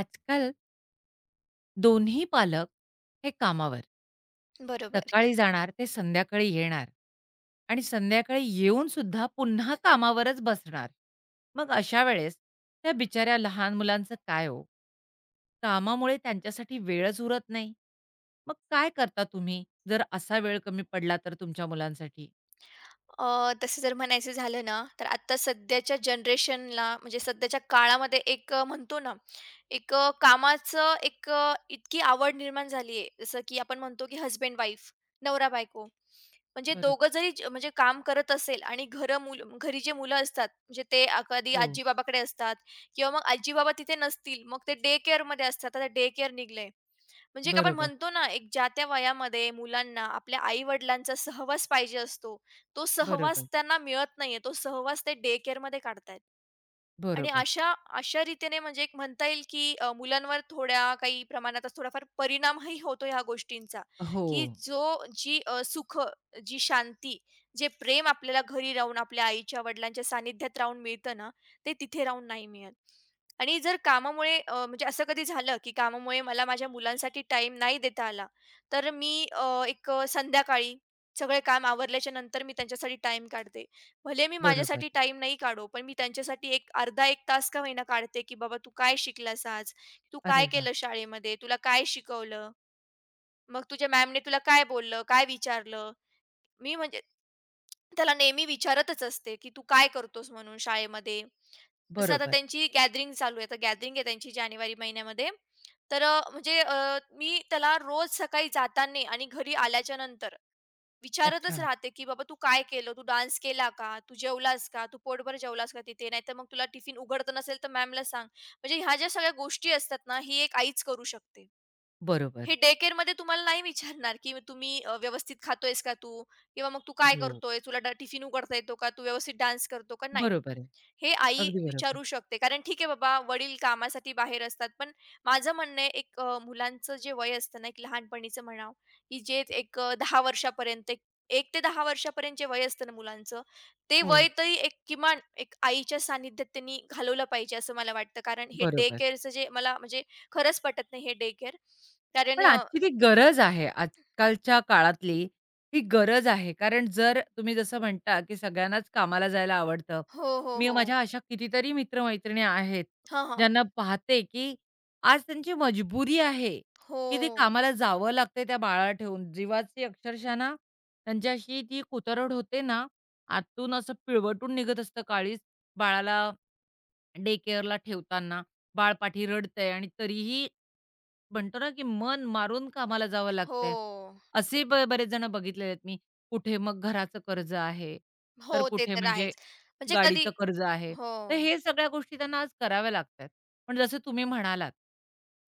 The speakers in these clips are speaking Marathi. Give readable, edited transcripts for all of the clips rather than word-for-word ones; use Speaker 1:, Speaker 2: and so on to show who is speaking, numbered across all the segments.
Speaker 1: आजकाल दोन्ही पालक हे कामावर.
Speaker 2: बरोबर.
Speaker 1: सकाळी जाणार ते संध्याकाळी येणार आणि संध्याकाळी येऊन सुद्धा पुन्हा कामावरच बसणार. मग अशा वेळेस त्या बिचाऱ्या लहान मुलांचं काय हो? कामामुळे त्यांच्यासाठी वेळच उरत नाही. मग काय करता तुम्ही जर असा वेळ कमी पडला तर तुमच्या मुलांसाठी?
Speaker 2: तसं जर म्हणायचं झालं ना, तर आता सध्याच्या जनरेशनला म्हणजे सध्याच्या काळामध्ये एक म्हणतो ना, एक कामाचं एक इतकी आवड निर्माण झाली आहे. जसं की आपण म्हणतो की हसबँड-वाईफ, नवरा-बायको. म्हणजे
Speaker 1: बरोबर.
Speaker 2: दोघं जरी म्हणजे काम करत असेल आणि घरं मुल घरी जे मुलं असतात, म्हणजे ते कधी
Speaker 1: हो.
Speaker 2: आजी-बाबाकडे असतात किंवा मग आजी-बाबा तिथे नसतील. मग ते डे केअरमध्ये असतात. आता डे केअर निघलंय. म्हणजे एक आपण
Speaker 1: बरोबर,
Speaker 2: म्हणतो ना, एक ज्या त्या वयामध्ये मुलांना आपल्या आई-वडिलांचा सहवास पाहिजे असतो. तो सहवास
Speaker 1: बरोबर,
Speaker 2: त्यांना मिळत नाहीये. तो सहवास ते डे केअरमध्ये काढतायेत. आणि
Speaker 1: बरोबर.
Speaker 2: अशा अशा रीतीने म्हणजे एक म्हणता येईल, की मुलांवर थोड्या काही प्रमाणात आज थोडाफार परिणामही होतो ह्या गोष्टींचा,
Speaker 1: हो,
Speaker 2: की जी सुख, जी शांती, जे प्रेम आपल्याला घरी राहून आपल्या आईच्या, वडिलांच्या सानिध्यात राहून मिळतं ना, ते तिथे राहून नाही मिळत. आणि जर कामामुळे म्हणजे असं कधी झालं, की कामामुळे मला माझ्या मुलांसाठी टाईम नाही देता आला, तर मी एक संध्याकाळी सगळे काम आवरल्याच्या नंतर मी त्यांच्यासाठी टाईम काढते. भले मी
Speaker 1: बरोबर.
Speaker 2: माझ्यासाठी टाईम नाही काढू, पण मी त्यांच्यासाठी एक अर्धा 1 तास का होईना काढते, की "बाबा तू काय शिकलास आज? तू काय
Speaker 1: अरे वाह!
Speaker 2: केलं शाळेमध्ये? तुला काय शिकवलं? मग तुझ्या मॅमने तुला काय बोललं? काय विचारलं?" मी म्हणजे त्याला नेहमी विचारतच असते, की "तू काय करतोस म्हणून शाळेमध्ये?" जसं आता
Speaker 1: बरोबर.
Speaker 2: त्यांची गॅदरिंग चालू आहे. आता गॅदरिंग आहे त्यांची जानेवारी महिन्यामध्ये. तर म्हणजे मी त्याला रोज सकाळी जाताना आणि घरी आल्याच्यानंतर विचारतच
Speaker 1: अच्छा.
Speaker 2: राहते, की "बाबा तू काय केलं? तू डान्स केला का? तू जेवलास का? तू पोटभर जेवलास का तिथे? नाहीतर मग तुला टिफिन उघडत नसेल तर मॅमला सांग." म्हणजे ह्या ज्या सगळ्या गोष्टी असतात ना, ही एक आईच करू शकते. हे
Speaker 1: बरोबर.
Speaker 2: डे केअरमध्ये तुम्हाला नाही विचारणार, की तुम्ही व्यवस्थित खातोयस का तू? किंवा मग तू काय
Speaker 1: हो.
Speaker 2: करतोय? तुला टिफिन उघडता येतो का? तू व्यवस्थित डान्स करतो का? नाही.
Speaker 1: बरोबर आहे.
Speaker 2: हे आई
Speaker 1: अगदी बरोबर.
Speaker 2: विचारू शकते. कारण ठीक आहे बाबा, वडील कामासाठी बाहेर असतात. पण माझं म्हणणं आहे एक मुलांचं जे वय असतं ना, एक लहानपणीचं म्हणावं, की जे एक 10 वर्षापर्यंत, 1 ते 10 वर्षापर्यंत जे वय असतं ना मुलांचं, ते
Speaker 1: हो,
Speaker 2: वय तरी एक किमान एक आईच्या सानिध्यात त्यांनी घालवलं पाहिजे असं मला वाटतं. कारण हे डे
Speaker 1: बरोबर.
Speaker 2: केअरचं जे मला म्हणजे खरंच पटत नाही हे डे केअर. कारण
Speaker 1: पण आजची ती गरज आहे, आजकालच्या काळातली ही गरज आहे. कारण जर तुम्ही जसं म्हणता, की सगळ्यांनाच कामाला जायला आवडतं.
Speaker 2: हो, हो,
Speaker 1: मी
Speaker 2: हो.
Speaker 1: माझ्या अशा कितीतरी मित्र-मैत्रिणी आहेत,
Speaker 2: हां, हां.
Speaker 1: ज्यांना पाहते, की आज त्यांची मजबुरी आहे, की ते
Speaker 2: हो,
Speaker 1: कामाला जावं लागतंय त्या बाळाला ठेवून. जीवाची अक्षरशः ना त्यांच्याशी ती कुतरड होते ना, आतून असं पिळवटून निघत असतं काळीज. बाळाला डे केअरला ठेवताना बाळपाठी रडतंय आणि तरीही म्हणतो ना, की मन मारून कामाला जावं
Speaker 2: हो,
Speaker 1: लागतंय. असे बरेच जण बघितलेले आहेत मी. कुठे मग घराचं कर्ज आहे, तर
Speaker 2: हो. ते
Speaker 1: कुठे
Speaker 2: तर
Speaker 1: म्हणजे
Speaker 2: आहेच. म्हणजे कधी
Speaker 1: गाडीचं कर्ज आहे.
Speaker 2: हो.
Speaker 1: तर हे सगळ्या गोष्टी त्यांना आज कराव्या लागतायत. पण जसं तुम्ही म्हणालात,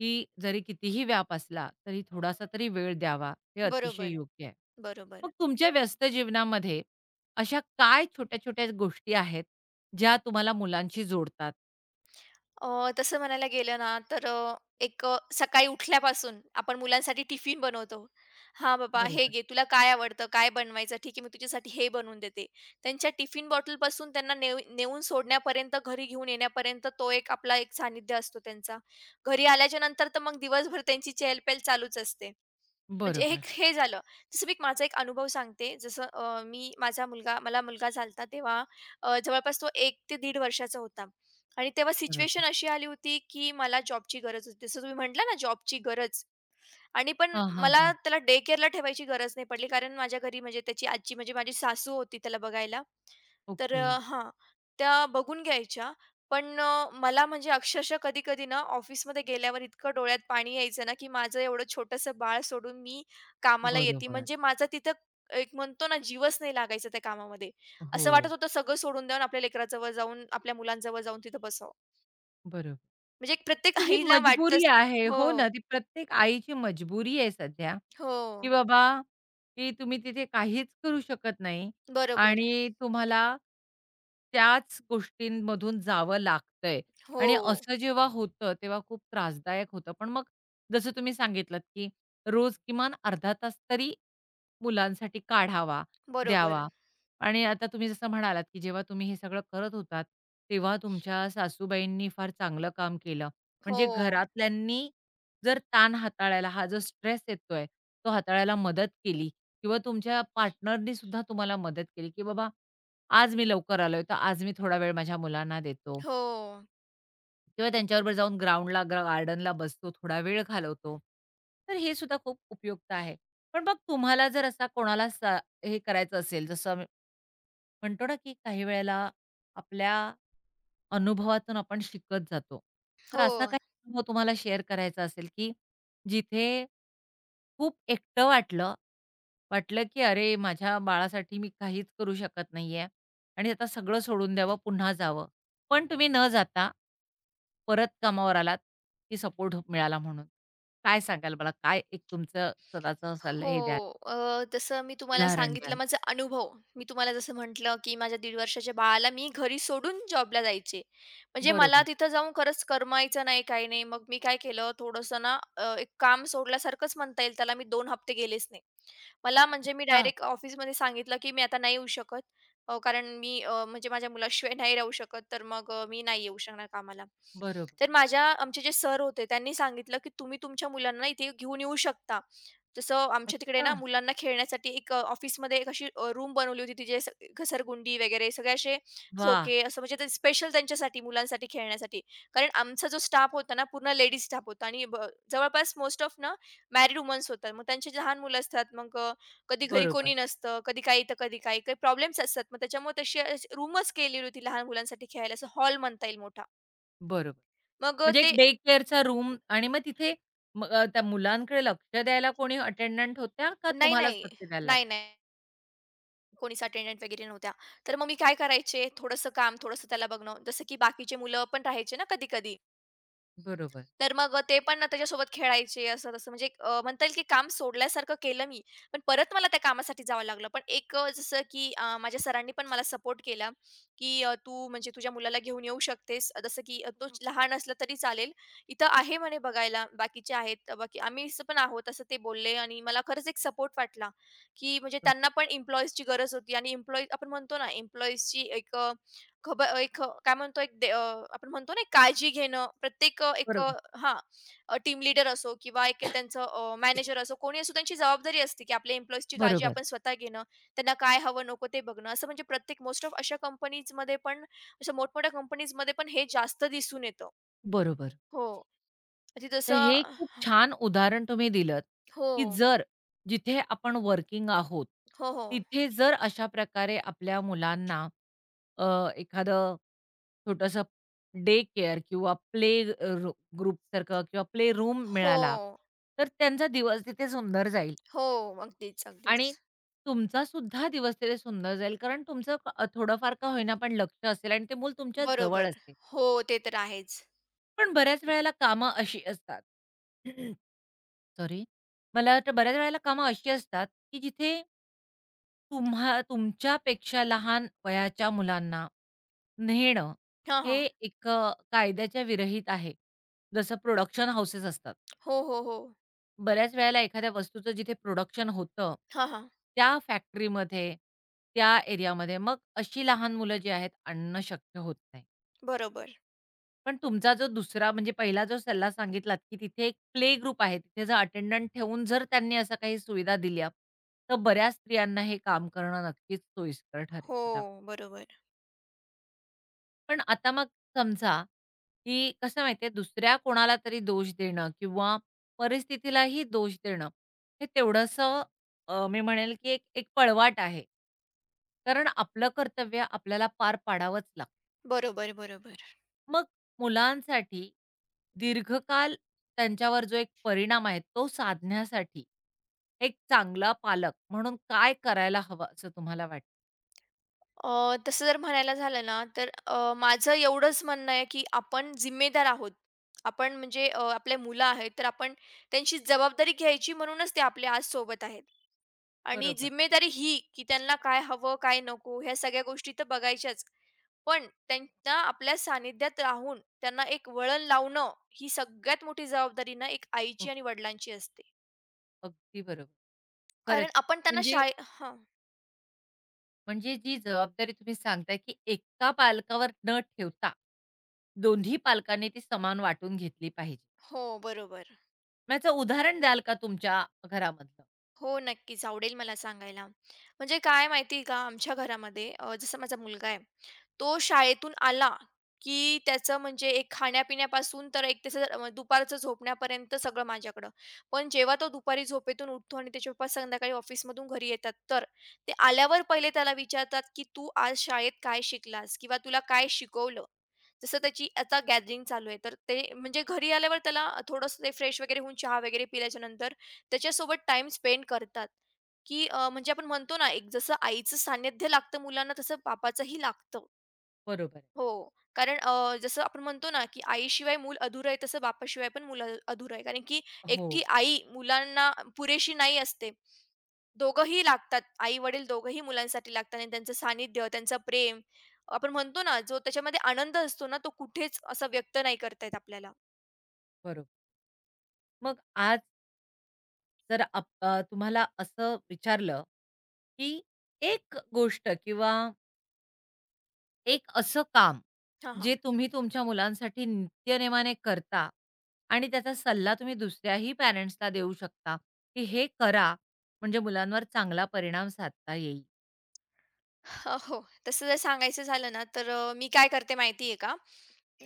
Speaker 1: की जरी कितीही व्याप असला, तरी थोडासा तरी वेळ द्यावा. हे अतिशय
Speaker 2: बरोबर,
Speaker 1: योग्य आहे.
Speaker 2: बरोबर.
Speaker 1: मग तुमच्या व्यस्त जीवनामध्ये अशा काय छोट्या-छोट्या गोष्टी आहेत, ज्या तुम्हाला मुलांशी जोडतात?
Speaker 2: तसं म्हणायला गेलं ना, तर एक सकाळी उठल्यापासून आपण मुलांसाठी टिफिन बनवतो. "हां बाबा, हे
Speaker 1: बरोबर.
Speaker 2: घे, तुला काय आवडतं? काय बनवायचं? ठीक आहे, मी तुझ्यासाठी हे बनवून देते." त्यांच्या टिफिन बॉटलपासून त्यांना नेऊन सोडण्यापर्यंत, घरी घेऊन येण्यापर्यंत तो एक आपला एक सानिध्य असतो त्यांचा. घरी आल्याच्या नंतर तर मग दिवसभर त्यांची चहल चालूच असते. म्हणजे हे
Speaker 1: बरोबर,
Speaker 2: हे झालं. जसं मी माझा एक अनुभव सांगते. जसं मी माझा मुलगा मला मुलगा झाला तेव्हा जवळपास तो 1 ते दीड वर्षाचा होता. आणि तेव्हा सिच्युएशन
Speaker 1: बरोबर.
Speaker 2: अशी आली होती, की मला जॉबची गरज होती. जसं तुम्ही म्हटला ना जॉबची गरज आणि पण
Speaker 1: हां, हां,
Speaker 2: मला
Speaker 1: हां.
Speaker 2: त्याला डे केअरला ठेवायची गरज नाही पडली, कारण माझ्या घरी म्हणजे त्याची आजी म्हणजे माझी सासू होती त्याला बघायला. तर
Speaker 1: ओके.
Speaker 2: हां, त्या बघून घ्यायच्या. पण मला म्हणजे अक्षरशः कधी-कधी ना ऑफिसमध्ये गेल्यावर इतकं डोळ्यात पाणी यायचं ना, की माझं एवढं छोटंसं बाळ सोडून मी कामाला येते.
Speaker 1: बरोबर.
Speaker 2: म्हणजे माझा तिथं एक म्हणतो ना जीवच नाही लागायचा त्या कामामध्ये. असं वाटत
Speaker 1: हो,
Speaker 2: होतं सगळं सोडून द्यावं आपल्या लेकराजवळ जाऊन, आपल्या मुलांजवळ जाऊन तिथं बसावं.
Speaker 1: बरोबर.
Speaker 2: म्हणजे एक प्रत्येक
Speaker 1: ही
Speaker 2: आईला
Speaker 1: मजबुरी
Speaker 2: वाटतंच
Speaker 1: आहे.
Speaker 2: हो,
Speaker 1: हो ना, ती प्रत्येक आईची मजबुरी आहे सध्या,
Speaker 2: हो.
Speaker 1: की बाबा, की तुम्ही तिथे काहीच करू शकत नाही
Speaker 2: बरोबर.
Speaker 1: आणि तुम्हाला त्याच गोष्टींमधून जावं लागतंय
Speaker 2: हो,
Speaker 1: आणि असं जेव्हा होतं, तेव्हा खूप त्रासदायक होतं. पण मग जसं तुम्ही सांगितलत, की रोज किमान अर्धा तास तरी मुलांसाठी काढावा,
Speaker 2: बरोबर.
Speaker 1: द्यावा आणि आता तुम्ही जसं म्हणालात, की जेव्हा तुम्ही हे सगळं करत होतात, तेव्हा तुमच्या सासूबाईंनी फार चांगलं काम केलं. म्हणजे
Speaker 2: हो,
Speaker 1: घरातल्यांनी जर ताण हाताळायला, हा जो स्ट्रेस येतोय, तो हाताळायला मदत केली किंवा तुमच्या पार्टनरनी सुद्धा तुम्हाला मदत केली, की बाबा आज मी लवकर आलोय, तर आज मी थोडा वेळ माझ्या मुलांना देतो
Speaker 2: हो,
Speaker 1: किंवा त्यांच्याबरोबर जाऊन ग्राउंडला, गार्डनला बसतो, थोडा वेळ घालवतो. तर हे सुद्धा खूप उपयुक्त आहे. पण मग तुम्हाला जर असा कोणाला सा हे करायचं असेल, जसं आम्ही म्हणतो ना, की काही वेळेला आपल्या अनुभवातून आपण शिकत जातो. तर असा
Speaker 2: हो.
Speaker 1: काही अनुभव तुम्हाला शेअर करायचा असेल, की जिथे खूप एकटं वाटलं, वाटलं की "अरे, माझ्या बाळासाठी मी काहीच करू शकत नाहीये आणि आता सगळं सोडून द्यावं, पुन्हा जावं." पण तुम्ही न जाता परत कामावर आलात, की सपोर्ट मिळाला म्हणून. काय सांगाल मला? काय एक तुमचं स्वतःचं सल्ला हे द्याल,
Speaker 2: हो. जसं मी तुम्हाला
Speaker 1: उदाहरण
Speaker 2: सांगितलं
Speaker 1: द्याल?
Speaker 2: माझा अनुभव. मी तुम्हाला जसं म्हटलं, की माझ्या दीड वर्षाच्या बाळाला मी घरी सोडून जॉबला जायचे. म्हणजे मला
Speaker 1: बरोबर.
Speaker 2: तिथं जाऊन खरंच करमायचं नाही, काही नाही. मग मी काय केलं थोडंसं ना एक काम सोडल्यासारखंच म्हणता येईल त्याला. मी 2 हफ्ते गेलेच नाही. मला म्हणजे मी
Speaker 1: अच्छा.
Speaker 2: डायरेक्ट ऑफिसमध्ये सांगितलं, की मी आता नाही येऊ शकत. कारण मी म्हणजे माझ्या मुलाशिवाय नाही राहू शकत. तर मग मी नाही येऊ शकणार कामाला.
Speaker 1: बरोबर.
Speaker 2: तर आमचे जे सर होते त्यांनी सांगितलं, की तुम्ही तुमच्या मुलांना इथे घेऊन येऊ शकता. जसं आमच्या तिकडे ना
Speaker 1: अच्छा.
Speaker 2: मुलांना खेळण्यासाठी एक ऑफिसमध्ये एक अशी रूम बनवली होती तिचे घसरगुंडी वगैरे सगळे असे
Speaker 1: वाह!
Speaker 2: झोके असं म्हणजे ते स्पेशल त्यांच्यासाठी मुलांसाठी खेळण्यासाठी कारण आमचा जो स्टाफ होता ना पूर्ण लेडीज स्टाफ होता आणि जवळपास मोस्ट ऑफ ना मॅरिड वुमन्स होतात मग त्यांचे लहान मुलं असतात मग कधी घरी कोणी
Speaker 1: बरोबर.
Speaker 2: नसतं कधी काही तर कधी काही काही प्रॉब्लेम्स असतात मग त्याच्यामुळे तशी रूमच केलेली होती लहान मुलांसाठी खेळायला असं हॉल म्हणता येईल मोठा
Speaker 1: बरोबर.
Speaker 2: मग
Speaker 1: म्हणजे
Speaker 2: ते
Speaker 1: एक डे केअरचा रूम आणि मग तिथे मग त्या मुलांकडे लक्ष द्यायला कोणी अटेंडंट होत्या का
Speaker 2: नाही
Speaker 1: तुम्हालाच
Speaker 2: नाही
Speaker 1: लक्ष द्यायला
Speaker 2: नाही
Speaker 1: लागायचं?
Speaker 2: नाही कोणीच अटेंडंट वगैरे नव्हत्या. तर मग मी काय करायचे, थोडंसं काम, थोडंसं त्याला बघणं. जसं की बाकीचे मुलं पण राहायचे ना कधी-कधी.
Speaker 1: बरोबर.
Speaker 2: तर मग ते पण ना त्याच्यासोबत खेळायचे असं तसं म्हणजे एक, म्हणता येईल की काम सोडल्यासारखं केलं मी. पण परत मला त्या कामासाठी जावं लागलं. पण एक जसं की माझ्या सरांनी पण मला सपोर्ट केला, की "तू म्हणजे तुझ्या मुलाला घेऊन येऊ शकतेस. जसं की तो लहान असला तरी चालेल. इथं आहे म्हणे बघायला, बाकीचे आहेत. बाकी आम्ही पण आहोत." असं ते बोलले आणि मला खरंच एक सपोर्ट वाटला, की म्हणजे
Speaker 1: बरं.
Speaker 2: त्यांना पण एम्प्लॉईजची गरज होती आणि एम्प्लॉई आपण म्हणतो ना एम्प्लॉईजची एक खबर एक काय म्हणतो एक आपण म्हणतो ना, एक काळजी घेणं प्रत्येक एक
Speaker 1: बरोबर.
Speaker 2: हां, टीम लीडर असो किंवा एक त्यांचं मॅनेजर असो, कोणी असो त्यांची जबाबदारी असते, की आपल्या एम्प्लॉईजची काळजी
Speaker 1: बरोबर,
Speaker 2: आपण स्वतः घेणं, त्यांना काय हवं नको ते बघणं. असं म्हणजे प्रत्येक मोस्ट ऑफ अशा कंपनीजमध्ये पण, अशा मोठमोठ्या कंपनीजमध्ये पण हे जास्त दिसून येतं.
Speaker 1: बरोबर.
Speaker 2: हो. म्हणजे
Speaker 1: तर
Speaker 2: जसं
Speaker 1: हे खूप छान उदाहरण तुम्ही दिलंत,
Speaker 2: हो,
Speaker 1: की जिथे आपण वर्किंग आहोत,
Speaker 2: हो, हो.
Speaker 1: तिथे जर अशा प्रकारे आपल्या मुलांना अ, एखादं छोटंसं डे केअर किंवा प्ले अ, रू किंवा प्ले रूम
Speaker 2: हो,
Speaker 1: मिळाला, तर त्यांचा दिवस तिथे सुंदर जाईल.
Speaker 2: हो. अगदीच,
Speaker 1: आणि
Speaker 2: अगदीच.
Speaker 1: तुमचा सुद्धा दिवस तिथे सुंदर जाईल कारण थोडंफार का होईना पण लक्ष असेल आणि ते मूल तुमच्या जवळ
Speaker 2: बरोबर.
Speaker 1: असते.
Speaker 2: हो, ते तर आहेच.
Speaker 1: पण बऱ्याच वेळेला कामं अशी असतात सॉरी. मला वाटतं बऱ्याच वेळेला कामं अशी असतात, की जिथे तुमच्यापेक्षा लहान वयाच्या मुलांना नेणं
Speaker 2: हां,
Speaker 1: हे
Speaker 2: हां.
Speaker 1: एक कायद्याच्या विरहित आहे. जसं प्रोडक्शन हाउसेस असतात.
Speaker 2: हो, हो, हो.
Speaker 1: बऱ्याच वेळेला एखाद्या वस्तूचं जिथे प्रोडक्शन होतं,
Speaker 2: हां, हां.
Speaker 1: त्या फॅक्टरीमध्ये, त्या एरियामध्ये मग अशी लहान मुलं जी आहेत आणणं शक्य होत नाही.
Speaker 2: बरोबर.
Speaker 1: पण तुमचा जो दुसरा म्हणजे पहिला जो सल्ला सांगितलात, की तिथे एक प्ले ग्रुप आहे, तिथे जर अटेंडंट ठेवून जर त्यांनी अशा काही सुविधा दिल्या, तर बऱ्याच स्त्रियांना हे काम करणं नक्कीच सोयीस्कर ठरेल
Speaker 2: हो,
Speaker 1: मला वाटतं.
Speaker 2: बरोबर.
Speaker 1: पण आता मग समजा, की कसं माहिती आहे दुसऱ्या कोणाला तरी दोष देणं किंवा परिस्थितीलाही दोष देणं, हे तेवढंसं मी म्हणेल, की एक एक पळवाट आहे. कारण आपलं कर्तव्य आपल्याला पार पाडावंच लागतं.
Speaker 2: बरोबर, बरोबर.
Speaker 1: मग मुलांसाठी दीर्घकाल त्यांच्यावर जो एक परिणाम आहे, तो साधण्यासाठी एक चांगला पालक म्हणून काय करायला हवं असं तुम्हाला वाटतं?
Speaker 2: तसं जर म्हणायला झालं ना, तर माझं एवढंच म्हणणं आहे, की आपण जिम्मेदार आहोत. आपण म्हणजे आपले मुलं आहेत, तर आपण त्यांची जबाबदारी घ्यायची म्हणूनच ते आपले आज सोबत आहेत. आणि
Speaker 1: बरोबर.
Speaker 2: जिम्मेदारी ही, की त्यांना काय हवं, काय नको ह्या सगळ्या गोष्टी तर बघायच्याच. पण त्यांना आपल्या सानिध्यात राहून त्यांना एक वळण लावणं, ही सगळ्यात मोठी जबाबदारी ना एक
Speaker 1: अ,
Speaker 2: आईची आणि वडिलांची असते.
Speaker 1: अगदी बरोबर.
Speaker 2: कारण
Speaker 1: खरंच
Speaker 2: आपण त्यांना
Speaker 1: म्हणजे
Speaker 2: शाळे हां.
Speaker 1: म्हणजे जी जबाबदारी तुम्ही सांगताय, की एका पालकावर न ठेवता, दोन्ही पालकांनी ती समान वाटून घेतली पाहिजे.
Speaker 2: हो, बरोबर.
Speaker 1: मग याचं उदाहरण द्याल का तुमच्या घरामधलं?
Speaker 2: हो, नक्कीच आवडेल मला सांगायला. म्हणजे काय माहिती आहे का, आमच्या घरामध्ये जसा माझा मुलगा आहे, तो शाळेतून आला, की त्याचं म्हणजे एक खाण्यापिण्यापासून तर एक त्याचं दुपारचं झोपण्यापर्यंत सगळं माझ्याकडं. पण जेव्हा तो दुपारी झोपेतून उठतो आणि त्याचे पप्पा संध्याकाळी ऑफिसमधून घरी येतात, तर ते आल्यावर पहिले त्याला विचारतात, की "तू आज शाळेत काय शिकलास? किंवा तुला काय शिकवलं?" जसं त्याची आता गॅदरिंग चालू आहे, तर ते म्हणजे घरी आल्यावर त्याला थोडंसं ते फ्रेश वगैरे होऊन चहा वगैरे पिल्याच्या नंतर त्याच्यासोबत टाईम स्पेंड करतात, की म्हणजे आपण म्हणतो ना, एक जसं आईचं सानिध्य लागतं मुलांना, तसं बापाचंही लागतं.
Speaker 1: बरोबर आहे.
Speaker 2: हो. कारण जसं आपण म्हणतो ना, की आईशिवाय मूल अधुरं आहे, तसं बापाशिवाय पण मूल अधुरं आहे. कारण की एकटी
Speaker 1: हो,
Speaker 2: आई मुलांना पुरेशी नाही असते. दोघंही लागतात. आई-वडील दोघंही मुलांसाठी लागतात आणि त्यांचं सानिध्य, त्यांचं प्रेम. आपण म्हणतो ना, जो त्याच्यामध्ये आनंद असतो ना, तो कुठेच असा व्यक्त नाही करता येत आपल्याला.
Speaker 1: बरोबर. मग आज जर तुम्हाला असं विचारलं, की एक गोष्ट किंवा एक असं काम,
Speaker 2: हां, हां.
Speaker 1: जे तुम्ही तुमच्या मुलांसाठी नित्यनेमाने करता आणि त्याचा सल्ला तुम्ही दुसऱ्याही पॅरेंट्सला देऊ शकता, की हे करा, म्हणजे मुलांवर चांगला परिणाम साधता येईल.
Speaker 2: हो. तसं जर सांगायचं झालं ना, तर मी काय करते माहिती आहे का?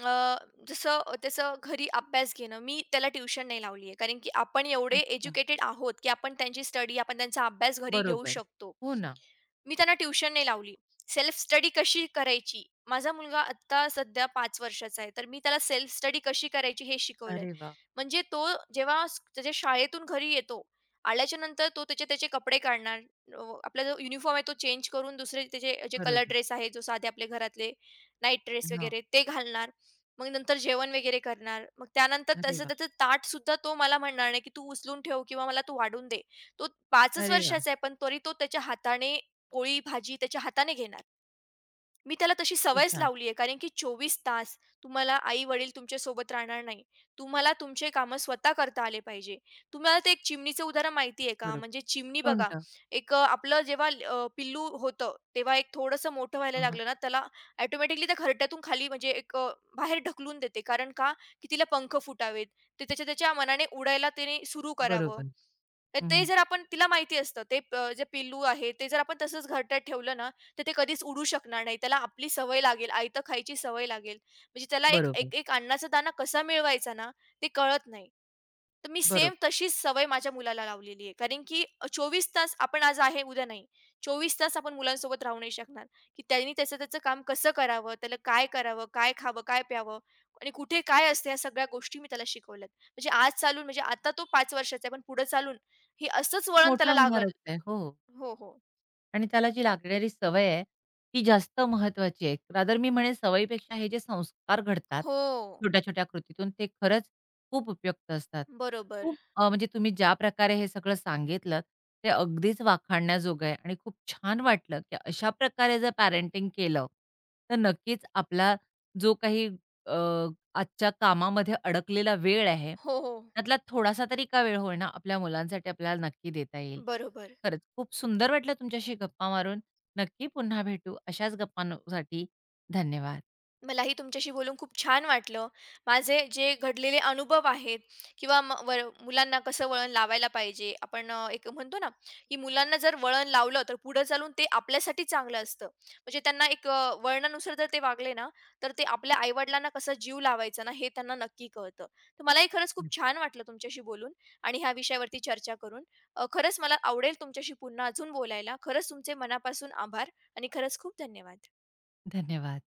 Speaker 2: अ, जसं त्याचं घरी अभ्यास घेणं, मी त्याला ट्युशन नाही लावली आहे. कारण की आपण एवढे
Speaker 1: अच्छा.
Speaker 2: एज्युकेटेड आहोत, की आपण त्यांची स्टडी, आपण त्यांचा अभ्यास घरी घेऊ
Speaker 1: बरोबर.
Speaker 2: शकतो.
Speaker 1: हो ना.
Speaker 2: मी त्यांना ट्युशन नाही लावली. सेल्फ स्टडी कशी करायची? माझा मुलगा आत्ता सध्या 5 वर्षाचा आहे, तर मी त्याला सेल्फ स्टडी कशी करायची हे शिकवलंय.
Speaker 1: अरे वाह!
Speaker 2: म्हणजे तो जेव्हा त्याच्या शाळेतून घरी येतो, आल्याच्यानंतर तो त्याचे त्याचे कपडे काढणार, अ, आपला जो युनिफॉर्म आहे तो चेंज करून दुसरे त्याचे जे कलर
Speaker 1: बरोबर.
Speaker 2: ड्रेस आहे, जो साधे आपले घरातले नाईट ड्रेस
Speaker 1: हां.
Speaker 2: वगैरे ते घालणार. मग नंतर जेवण वगैरे करणार. मग त्यानंतर
Speaker 1: अरे
Speaker 2: त्याचं
Speaker 1: वाह!
Speaker 2: त्याचं ताट सुद्धा तो मला म्हणणार नाही, की "तू उचलून ठेव किंवा मला तू वाढून दे." तो 5च
Speaker 1: अरे वाह!
Speaker 2: वर्षाचा आहे, पण तरी तो त्याच्या हाताने पोळी, भाजी त्याच्या हाताने घेणार. मी त्याला तशी
Speaker 1: किती
Speaker 2: सवयच
Speaker 1: छान.
Speaker 2: लावली आहे कारण की 24 तास तुम्हाला आई-वडील तुमच्यासोबत राहणार नाही. तुम्हाला तुमचे कामं स्वतः करता आले पाहिजे. तुम्हाला ते एक चिमणीचं उदाहरण माहिती आहे का?
Speaker 1: बरोबर.
Speaker 2: म्हणजे चिमणी बघा,
Speaker 1: कोणतं?
Speaker 2: एक आपलं जेव्हा पिल्लू होतं, तेव्हा एक थोडंसं मोठं व्हायला
Speaker 1: हां,
Speaker 2: लागलं ना, त्याला ऑटोमॅटिकली त्या घरट्यातून खाली म्हणजे एक बाहेर ढकलून देते. कारण का? की तिला पंख फुटावेत. ते त्याच्या त्याच्या मनाने उडायला तिने सुरू करावं.
Speaker 1: बरोबर.
Speaker 2: तर ते
Speaker 1: हं,
Speaker 2: जर आपण तिला माहिती असतं, ते जे पिल्लू आहे, ते जर आपण तसंच घरट्यात ठेवलं ना, तर ते कधीच उडू शकणार नाही. त्याला आपली सवय लागेल, आयतं खायची सवय लागेल. म्हणजे त्याला एक
Speaker 1: बरोबर,
Speaker 2: एक एक अन्नाचा दाणा कसा मिळवायचा ना, ते कळत नाही. तर मी सेम
Speaker 1: बरोबर.
Speaker 2: तशीच सवय माझ्या मुलाला लावलेली आहे. कारण की तास आपण आज आहे, उद्या नाही. 24 तास आपण मुलांसोबत राहू नाही शकणार, की त्यांनी त्याचं-त्याचं काम कसं करावं, त्याला काय करावं, काय खावं, काय प्यावं आणि कुठे काय असतं ह्या सगळ्या गोष्टी मी त्याला शिकवल्यात. म्हणजे आज चालून म्हणजे आता तो 5 वर्षाचा आहे, पण पुढे चालून हे असंच वळण त्याला
Speaker 1: मोठा
Speaker 2: लागल.
Speaker 1: होणारच आहे. हो.
Speaker 2: हो, हो.
Speaker 1: आणि त्याला जी लागणारी सवय आहे, ती जास्त महत्वाची आहे. रादर मी म्हणेन सवयीपेक्षा हे जे संस्कार घडतात,
Speaker 2: हो.
Speaker 1: छोट्या-छोट्या कृतीतून ते खरंच खूप उपयुक्त असतात.
Speaker 2: बरोबर.
Speaker 1: खूप अ, म्हणजे तुम्ही ज्या प्रकारे हे सगळं सांगितलंत, ते अगदीच वाखाणण्याजोगं आहे आणि खूप छान वाटलं, की अशा प्रकारे जर पॅरेंटिंग केलं, तर नक्कीच आपला जो काही अ, आजच्या कामामध्ये अडकलेला वेळ आहे,
Speaker 2: हो, हो.
Speaker 1: त्यातला थोडासा तरी का वेळ होईना आपल्या मुलांसाठी आपल्याला नक्की देता येईल.
Speaker 2: बरोबर.
Speaker 1: खरंच खूप सुंदर वाटलं तुमच्याशी गप्पा मारून. नक्की पुन्हा भेटू. अशाच गप्पांसाठी धन्यवाद.
Speaker 2: मलाही तुमच्याशी बोलून खूप छान वाटलं. माझे जे घडलेले अनुभव आहेत किंवा वर मुलांना कसं वळण लावायला पाहिजे. आपण एक म्हणतो ना, की मुलांना जर वळण लावलं, तर पुढं चालून ते आपल्यासाठी चांगलं असतं. म्हणजे त्यांना एक वळणानुसार जर ते वागले ना, तर ते आपल्या आई-वडिलांना कसं जीव लावायचा ना, हे त्यांना नक्की कळतं. तर मलाही खरंच खूप छान वाटलं तुमच्याशी बोलून आणि ह्या विषयावरती चर्चा करून. खरंच मला आवडेल तुमच्याशी पुन्हा अजून बोलायला. खरंच तुमचे मनापासून आभार आणि खरंच खूप धन्यवाद.
Speaker 1: धन्यवाद.